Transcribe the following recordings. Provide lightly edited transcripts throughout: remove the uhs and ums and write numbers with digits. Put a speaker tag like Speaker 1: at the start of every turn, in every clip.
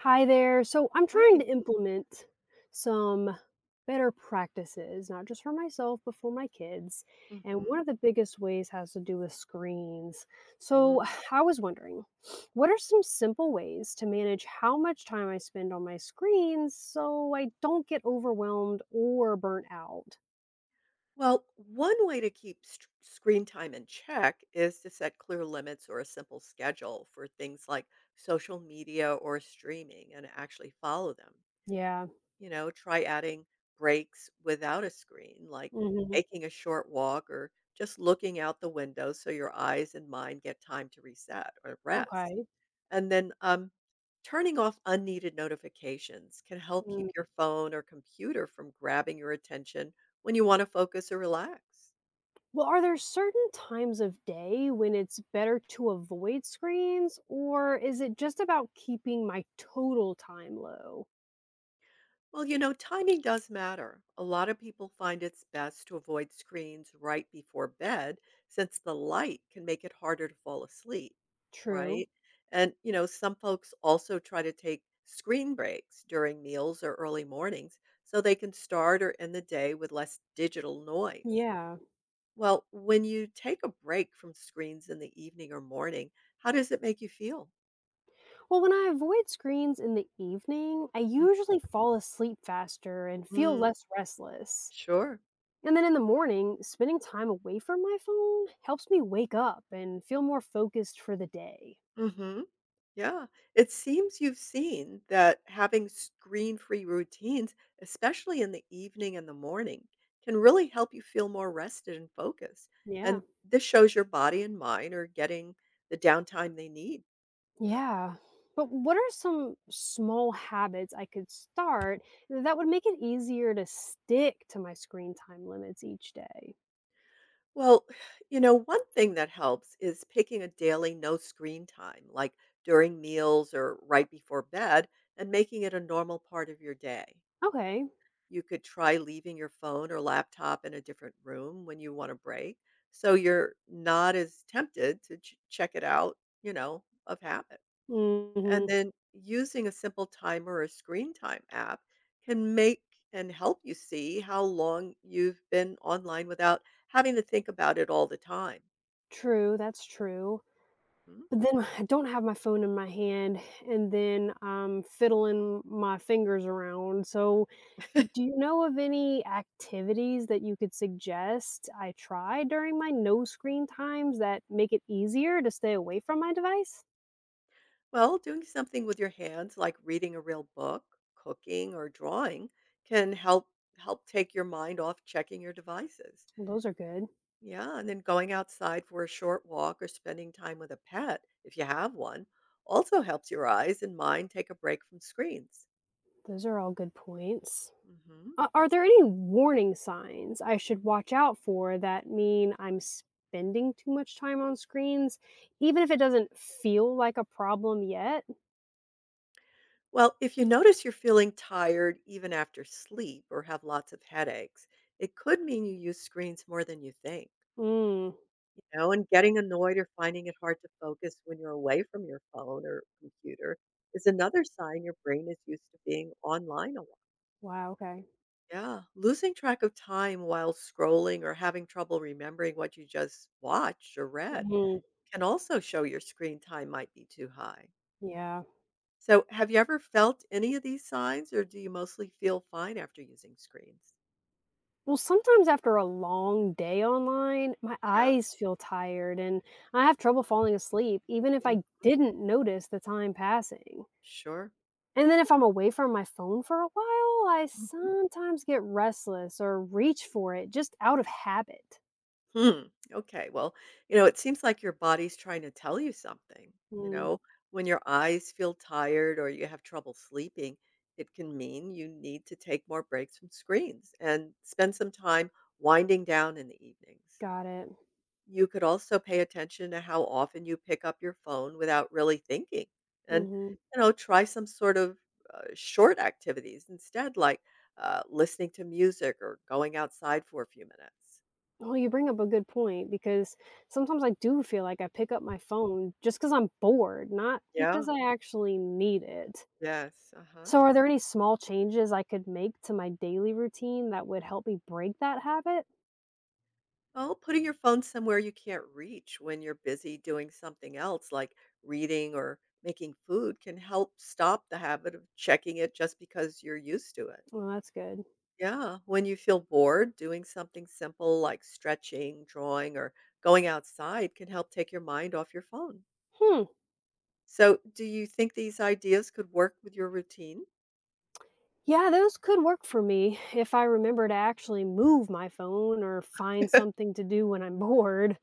Speaker 1: Hi there. So I'm trying
Speaker 2: Right.
Speaker 1: to implement some better practices, not just for myself, but for my kids. And one
Speaker 2: Mhm.
Speaker 1: of the biggest ways has to do with screens. So
Speaker 2: Mm.
Speaker 1: I was wondering, what are some simple ways to manage how much time I spend on my screens so I don't get overwhelmed or burnt out?
Speaker 2: Well, one way to keep screen time in check is to set clear limits or a simple schedule for things like social media or streaming and actually follow them.
Speaker 1: Yeah.
Speaker 2: You know, try adding breaks without a screen, like
Speaker 1: Hmm.
Speaker 2: taking a short walk or just looking out the window so your eyes and mind get time to reset or rest.
Speaker 1: Okay.
Speaker 2: And then, um, Turning off unneeded notifications can help keep
Speaker 1: Hmm.
Speaker 2: your phone or computer from grabbing your attention when you want to focus or relax.
Speaker 1: Well, are there certain times of day when it's better to avoid screens, or is it just about keeping my total time low?
Speaker 2: Well, you know, timing does matter. A lot of people find it's best to avoid screens right before bed since the light can make it harder to fall asleep,
Speaker 1: True.
Speaker 2: right? And, you know, some folks also try to take screen breaks during meals or early mornings so they can start or end the day with less digital noise.
Speaker 1: Yeah.
Speaker 2: Well, when you take a break from screens in the evening or morning, how does it make you feel?
Speaker 1: Well, when I avoid screens in the evening, I usually fall asleep faster and feel
Speaker 2: Mhm.
Speaker 1: less restless.
Speaker 2: Sure.
Speaker 1: And then in the morning, spending time away from my phone helps me wake up and feel more focused for the day.
Speaker 2: Mhm. Yeah. It seems you've seen that having screen-free routines, especially in the evening and the morning, can really help you feel more rested and focused.
Speaker 1: Yeah.
Speaker 2: And this shows your body and mind are getting the downtime they need.
Speaker 1: Yeah. But what are some small habits I could start that would make it easier to stick to my screen time limits each day?
Speaker 2: Well, you know, one thing that helps is picking a daily no screen time, like during meals or right before bed, and making it a normal part of your day.
Speaker 1: Okay.
Speaker 2: You could try leaving your phone or laptop in a different room when you want a break, so you're not as tempted to check it out, you know, of habit. And
Speaker 1: Hmm.
Speaker 2: then using a simple timer or screen time app can make and help you see how long you've been online without having to think about it all the time.
Speaker 1: True. That's true.
Speaker 2: Mm.
Speaker 1: But then I don't have my phone in my hand and then I'm fiddling my fingers around. So, do you know of any activities that you could suggest I try during my no screen times that make it easier to stay away from my device?
Speaker 2: Well, doing something with your hands like reading a real book, cooking or drawing can help take your mind off checking your devices.
Speaker 1: Well, those are good.
Speaker 2: Yeah, and then going outside for a short walk or spending time with a pet if you have one also helps your eyes and mind take a break from screens.
Speaker 1: Those are all good points.
Speaker 2: Mhm.
Speaker 1: A are there any warning signs I should watch out for that mean I'm spending too much time on screens, even if it doesn't feel like a problem yet?
Speaker 2: Well, if you notice you're feeling tired even after sleep or have lots of headaches, it could mean you use screens more than you think.
Speaker 1: Mm.
Speaker 2: You know, and getting annoyed or finding it hard to focus when you're away from your phone or computer is another sign your brain is used to being online a lot.
Speaker 1: Wow, okay.
Speaker 2: Yeah, losing track of time while scrolling or having trouble remembering what you just watched or read
Speaker 1: Mhm.
Speaker 2: can also show your screen time might be too high.
Speaker 1: Yeah.
Speaker 2: So, have you ever felt any of these signs or do you mostly feel fine after using screens?
Speaker 1: Well, sometimes after a long day online, my
Speaker 2: Yeah.
Speaker 1: eyes feel tired and I have trouble falling asleep, even if
Speaker 2: Hmm.
Speaker 1: I didn't notice the time passing.
Speaker 2: Sure.
Speaker 1: And then if I'm away from my phone for a while, I
Speaker 2: Mhm.
Speaker 1: sometimes get restless or reach for it just out of habit.
Speaker 2: Hmm. Okay. Well, you know, it seems like your body's trying to tell you something. You
Speaker 1: Mm,
Speaker 2: know, when your eyes feel tired or you have trouble sleeping, it can mean you need to take more breaks from screens and spend some time winding down in the evenings.
Speaker 1: got it.
Speaker 2: You could also pay attention to how often you pick up your phone without really thinking and,
Speaker 1: Hmm.
Speaker 2: you know, try some sort of short activities instead, like listening to music or going outside for a few minutes.
Speaker 1: Well, you bring up a good point because sometimes I do feel like I pick up my phone just because I'm bored, not
Speaker 2: Yeah.
Speaker 1: because I actually need it.
Speaker 2: Yes, uh-huh.
Speaker 1: So, are there any small changes I could make to my daily routine that would help me break that habit?
Speaker 2: Oh, putting your phone somewhere you can't reach when you're busy doing something else like reading or making food can help stop the habit of checking it just because you're used to it.
Speaker 1: Well, that's good.
Speaker 2: Yeah, when you feel bored, doing something simple like stretching, drawing, or going outside can help take your mind off your phone.
Speaker 1: Hmm.
Speaker 2: So, do you think these ideas could work with your routine?
Speaker 1: Yeah, those could work for me if I remember to actually move my phone or find something to do when I'm bored.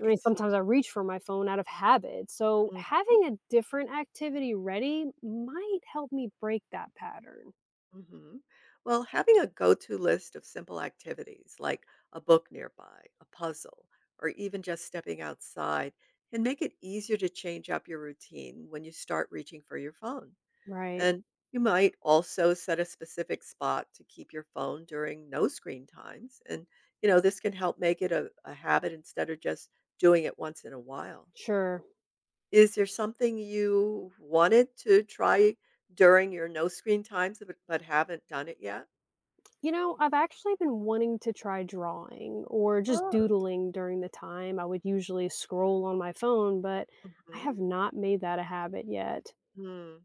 Speaker 1: I mean, sometimes I reach for my phone out of habit. So,
Speaker 2: Mm-hmm.
Speaker 1: having a different activity ready might help me break that pattern.
Speaker 2: Mhm. Well, having a go to list of simple activities like a book nearby, a puzzle, or even just stepping outside can make it easier to change up your routine when you start reaching for your phone.
Speaker 1: Right.
Speaker 2: And you might also set a specific spot to keep your phone during no screen times. And, you know, this can help make it a habit instead of just doing it once in a while.
Speaker 1: Sure.
Speaker 2: Is there something you wanted to try during your no screen times but haven't done it yet?
Speaker 1: You know, I've actually been wanting to try drawing or just
Speaker 2: Oh,
Speaker 1: doodling during the time I would usually scroll on my phone, but I
Speaker 2: mhm,
Speaker 1: have not made that a habit yet.
Speaker 2: mm,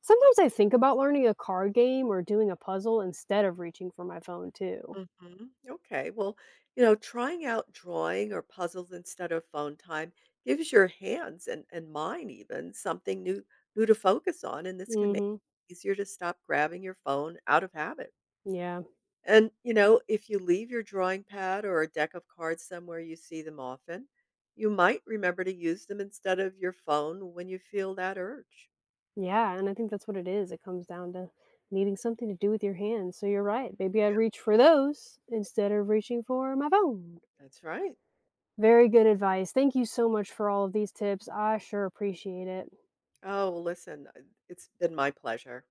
Speaker 1: Sometimes I think about learning a card game or doing a puzzle instead of reaching for my phone too.
Speaker 2: mhm. Okay, well, you know, trying out drawing or puzzles instead of phone time gives your hands and mine even something new new to focus on, and this can make
Speaker 1: Mhm.
Speaker 2: it easier to stop grabbing your phone out of habit.
Speaker 1: Yeah.
Speaker 2: And, you know, if you leave your drawing pad or a deck of cards somewhere you see them often, you might remember to use them instead of your phone when you feel that urge.
Speaker 1: Yeah, and I think that's what it is. It comes down to needing something to do with your hands. So you're right. Maybe I'd reach for those instead of reaching for my phone.
Speaker 2: That's right.
Speaker 1: Very good advice. Thank you so much for all of these tips. I sure appreciate it.
Speaker 2: Oh, well, listen, it's been my pleasure.